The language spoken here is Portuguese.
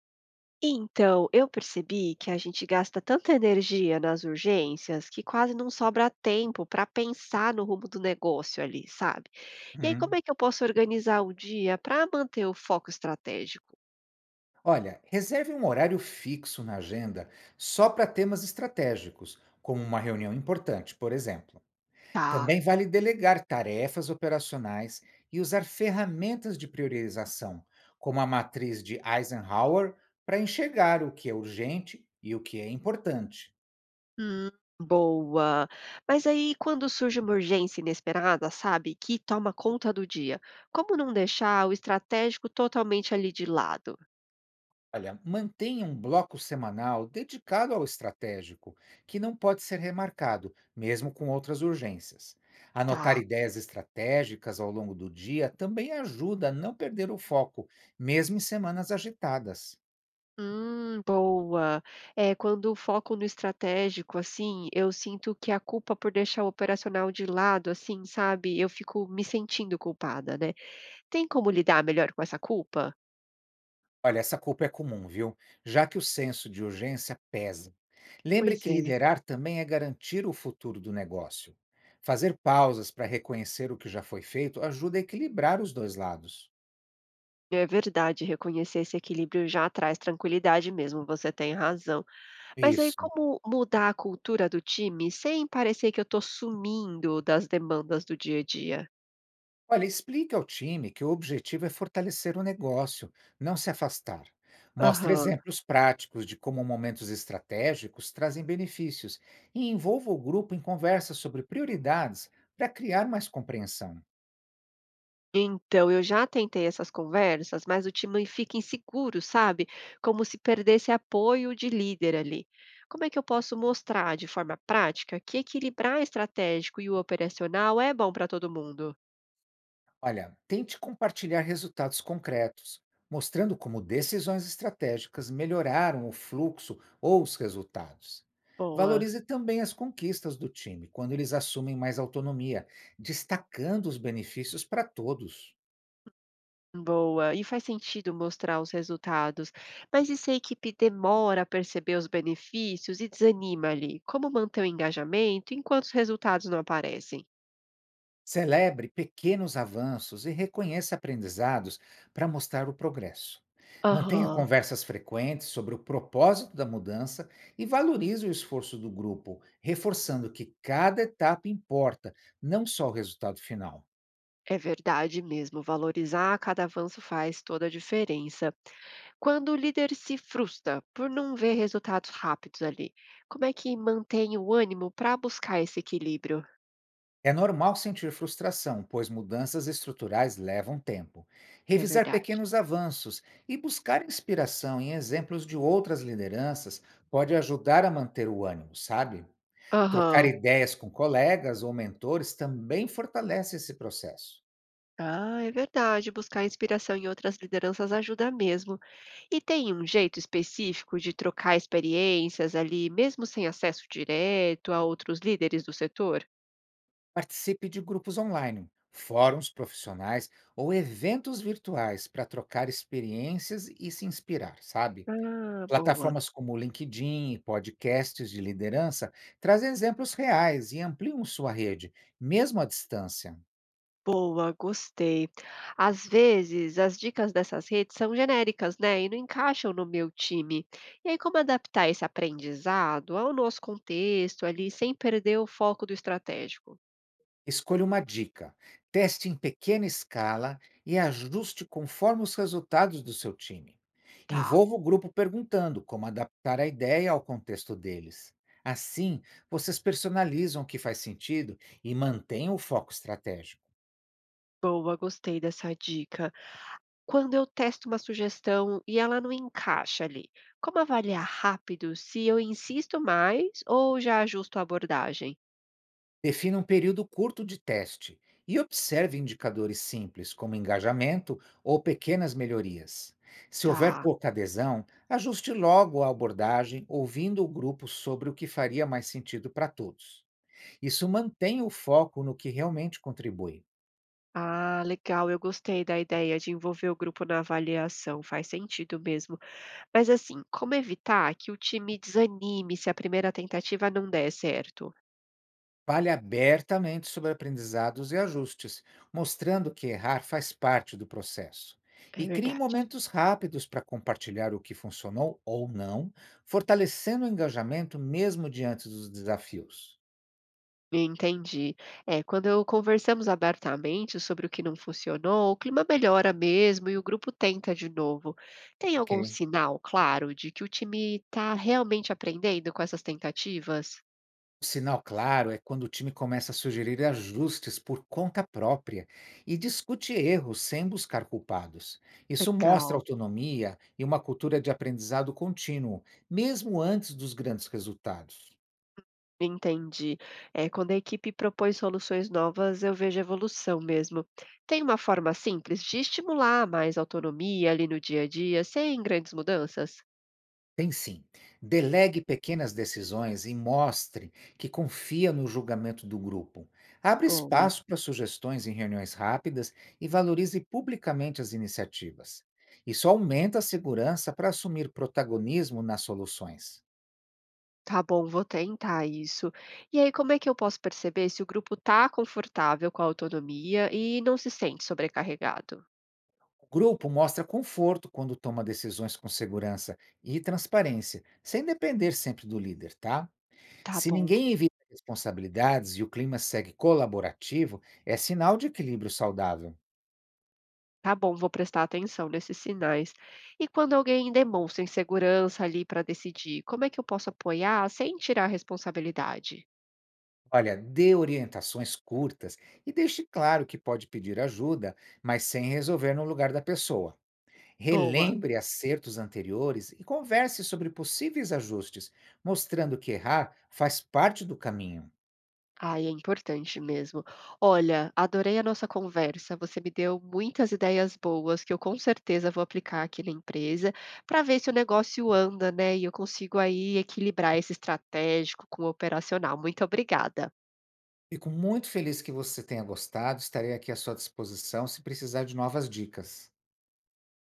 Então, eu percebi que a gente gasta tanta energia nas urgências que quase não sobra tempo para pensar no rumo do negócio ali, sabe? E aí, como Uhum. é que eu posso organizar o dia para manter o foco estratégico? Olha, reserve um horário fixo na agenda só para temas estratégicos, como uma reunião importante, por exemplo. Tá. Também vale delegar tarefas operacionais e usar ferramentas de priorização, como a matriz de Eisenhower, para enxergar o que é urgente e o que é importante. Hum, boa. Mas aí, quando surge uma urgência inesperada, sabe, que toma conta do dia, como não deixar o estratégico totalmente ali de lado? Olha, mantenha um bloco semanal dedicado ao estratégico, que não pode ser remarcado, mesmo com outras urgências. Anotar Tá. ideias estratégicas ao longo do dia também ajuda a não perder o foco, mesmo em semanas agitadas. Boa. É, quando foco no estratégico, assim, eu sinto que a culpa por deixar o operacional de lado, assim, sabe? Eu fico me sentindo culpada, né? Tem como lidar melhor com essa culpa? Olha, essa culpa é comum, viu? Já que o senso de urgência pesa. Lembre Pois que é, liderar também é garantir o futuro do negócio. Fazer pausas para reconhecer o que já foi feito ajuda a equilibrar os dois lados. é verdade, reconhecer esse equilíbrio já traz tranquilidade mesmo, você tem razão. Mas aí, Isso. como mudar a cultura do time sem parecer que eu tô sumindo das demandas do dia a dia? Olha, explique ao time que o objetivo é fortalecer o negócio, não se afastar. Mostre Aham. exemplos práticos de como momentos estratégicos trazem benefícios e envolva o grupo em conversas sobre prioridades para criar mais compreensão. Então, eu já tentei essas conversas, mas o time fica inseguro, sabe? Como se perdesse apoio de líder ali. Como é que eu posso mostrar de forma prática que equilibrar estratégico e o operacional é bom para todo mundo? Olha, tente compartilhar resultados concretos, mostrando como decisões estratégicas melhoraram o fluxo ou os resultados. Boa, Valorize também as conquistas do time quando eles assumem mais autonomia, destacando os benefícios para todos. boa. E faz sentido mostrar os resultados. Mas e se a equipe demora a perceber os benefícios e desanima ali? Como manter o engajamento enquanto os resultados não aparecem? Celebre pequenos avanços e reconheça aprendizados para mostrar o progresso. Mantenha Aham. conversas frequentes sobre o propósito da mudança e valorize o esforço do grupo, reforçando que cada etapa importa, não só o resultado final. É verdade mesmo, valorizar cada avanço faz toda a diferença. Quando o líder se frustra por não ver resultados rápidos ali, como é que mantém o ânimo para buscar esse equilíbrio? É normal sentir frustração, pois mudanças estruturais levam tempo. É Revisar verdade. pequenos avanços e buscar inspiração em exemplos de outras lideranças pode ajudar a manter o ânimo, sabe? Trocar Aham. ideias com colegas ou mentores também fortalece esse processo. Ah, é verdade. Buscar inspiração em outras lideranças ajuda mesmo. E tem um jeito específico de trocar experiências ali, mesmo sem acesso direto a outros líderes do setor? Participe de grupos online, fóruns profissionais ou eventos virtuais para trocar experiências e se inspirar, sabe? Ah, boa. Plataformas como LinkedIn e podcasts de liderança trazem exemplos reais e ampliam sua rede, mesmo à distância. Boa, gostei. Às vezes, as dicas dessas redes são genéricas, né, e não encaixam no meu time. E aí, como adaptar esse aprendizado ao nosso contexto ali, sem perder o foco do estratégico? Escolha uma dica, teste em pequena escala e ajuste conforme os resultados do seu time. Tá, Envolva o grupo perguntando como adaptar a ideia ao contexto deles. Assim, vocês personalizam o que faz sentido e mantêm o foco estratégico. boa, gostei dessa dica. Quando eu testo uma sugestão e ela não encaixa ali, como avaliar rápido se eu insisto mais ou já ajusto a abordagem? Defina um período curto de teste e observe indicadores simples, como engajamento ou pequenas melhorias. Se houver Tá. pouca adesão, ajuste logo a abordagem, ouvindo o grupo sobre o que faria mais sentido para todos. Isso mantém o foco no que realmente contribui. Ah, legal, eu gostei da ideia de envolver o grupo na avaliação, faz sentido mesmo. Mas assim, como evitar que o time desanime se a primeira tentativa não der certo? Fale abertamente sobre aprendizados e ajustes, mostrando que errar faz parte do processo. É E crie verdade. momentos rápidos para compartilhar o que funcionou ou não, fortalecendo o engajamento mesmo diante dos desafios. Entendi. É, quando eu conversamos abertamente sobre o que não funcionou, o clima melhora mesmo e o grupo tenta de novo. Tem Ok. algum sinal, claro, de que o time está realmente aprendendo com essas tentativas? Um sinal claro é quando o time começa a sugerir ajustes por conta própria e discute erros sem buscar culpados. Isso mostra Legal. autonomia e uma cultura de aprendizado contínuo, mesmo antes dos grandes resultados. Entendi. É, quando a equipe propõe soluções novas, eu vejo evolução mesmo. Tem uma forma simples de estimular mais autonomia ali no dia a dia, sem grandes mudanças? Tem sim. Delegue pequenas decisões e mostre que confia no julgamento do grupo. Abre Boa. espaço para sugestões em reuniões rápidas e valorize publicamente as iniciativas. Isso aumenta a segurança para assumir protagonismo nas soluções. Tá bom, vou tentar isso. E aí, como é que eu posso perceber se o grupo está confortável com a autonomia e não se sente sobrecarregado? O grupo mostra conforto quando toma decisões com segurança e transparência, sem depender sempre do líder, tá? Tá Se bom, ninguém evita responsabilidades e o clima segue colaborativo, é sinal de equilíbrio saudável. tá bom, vou prestar atenção nesses sinais. E quando alguém demonstra insegurança ali para decidir, como é que eu posso apoiar sem tirar a responsabilidade? Olha, dê orientações curtas e deixe claro que pode pedir ajuda, mas sem resolver no lugar da pessoa. Boa. Relembre acertos anteriores e converse sobre possíveis ajustes, mostrando que errar faz parte do caminho. Ai, é importante mesmo. Olha, adorei a nossa conversa. Você me deu muitas ideias boas que eu com certeza vou aplicar aqui na empresa para ver se o negócio anda, né? E eu consigo aí equilibrar esse estratégico com o operacional. Muito obrigada. Fico muito feliz que você tenha gostado, estarei aqui à sua disposição se precisar de novas dicas.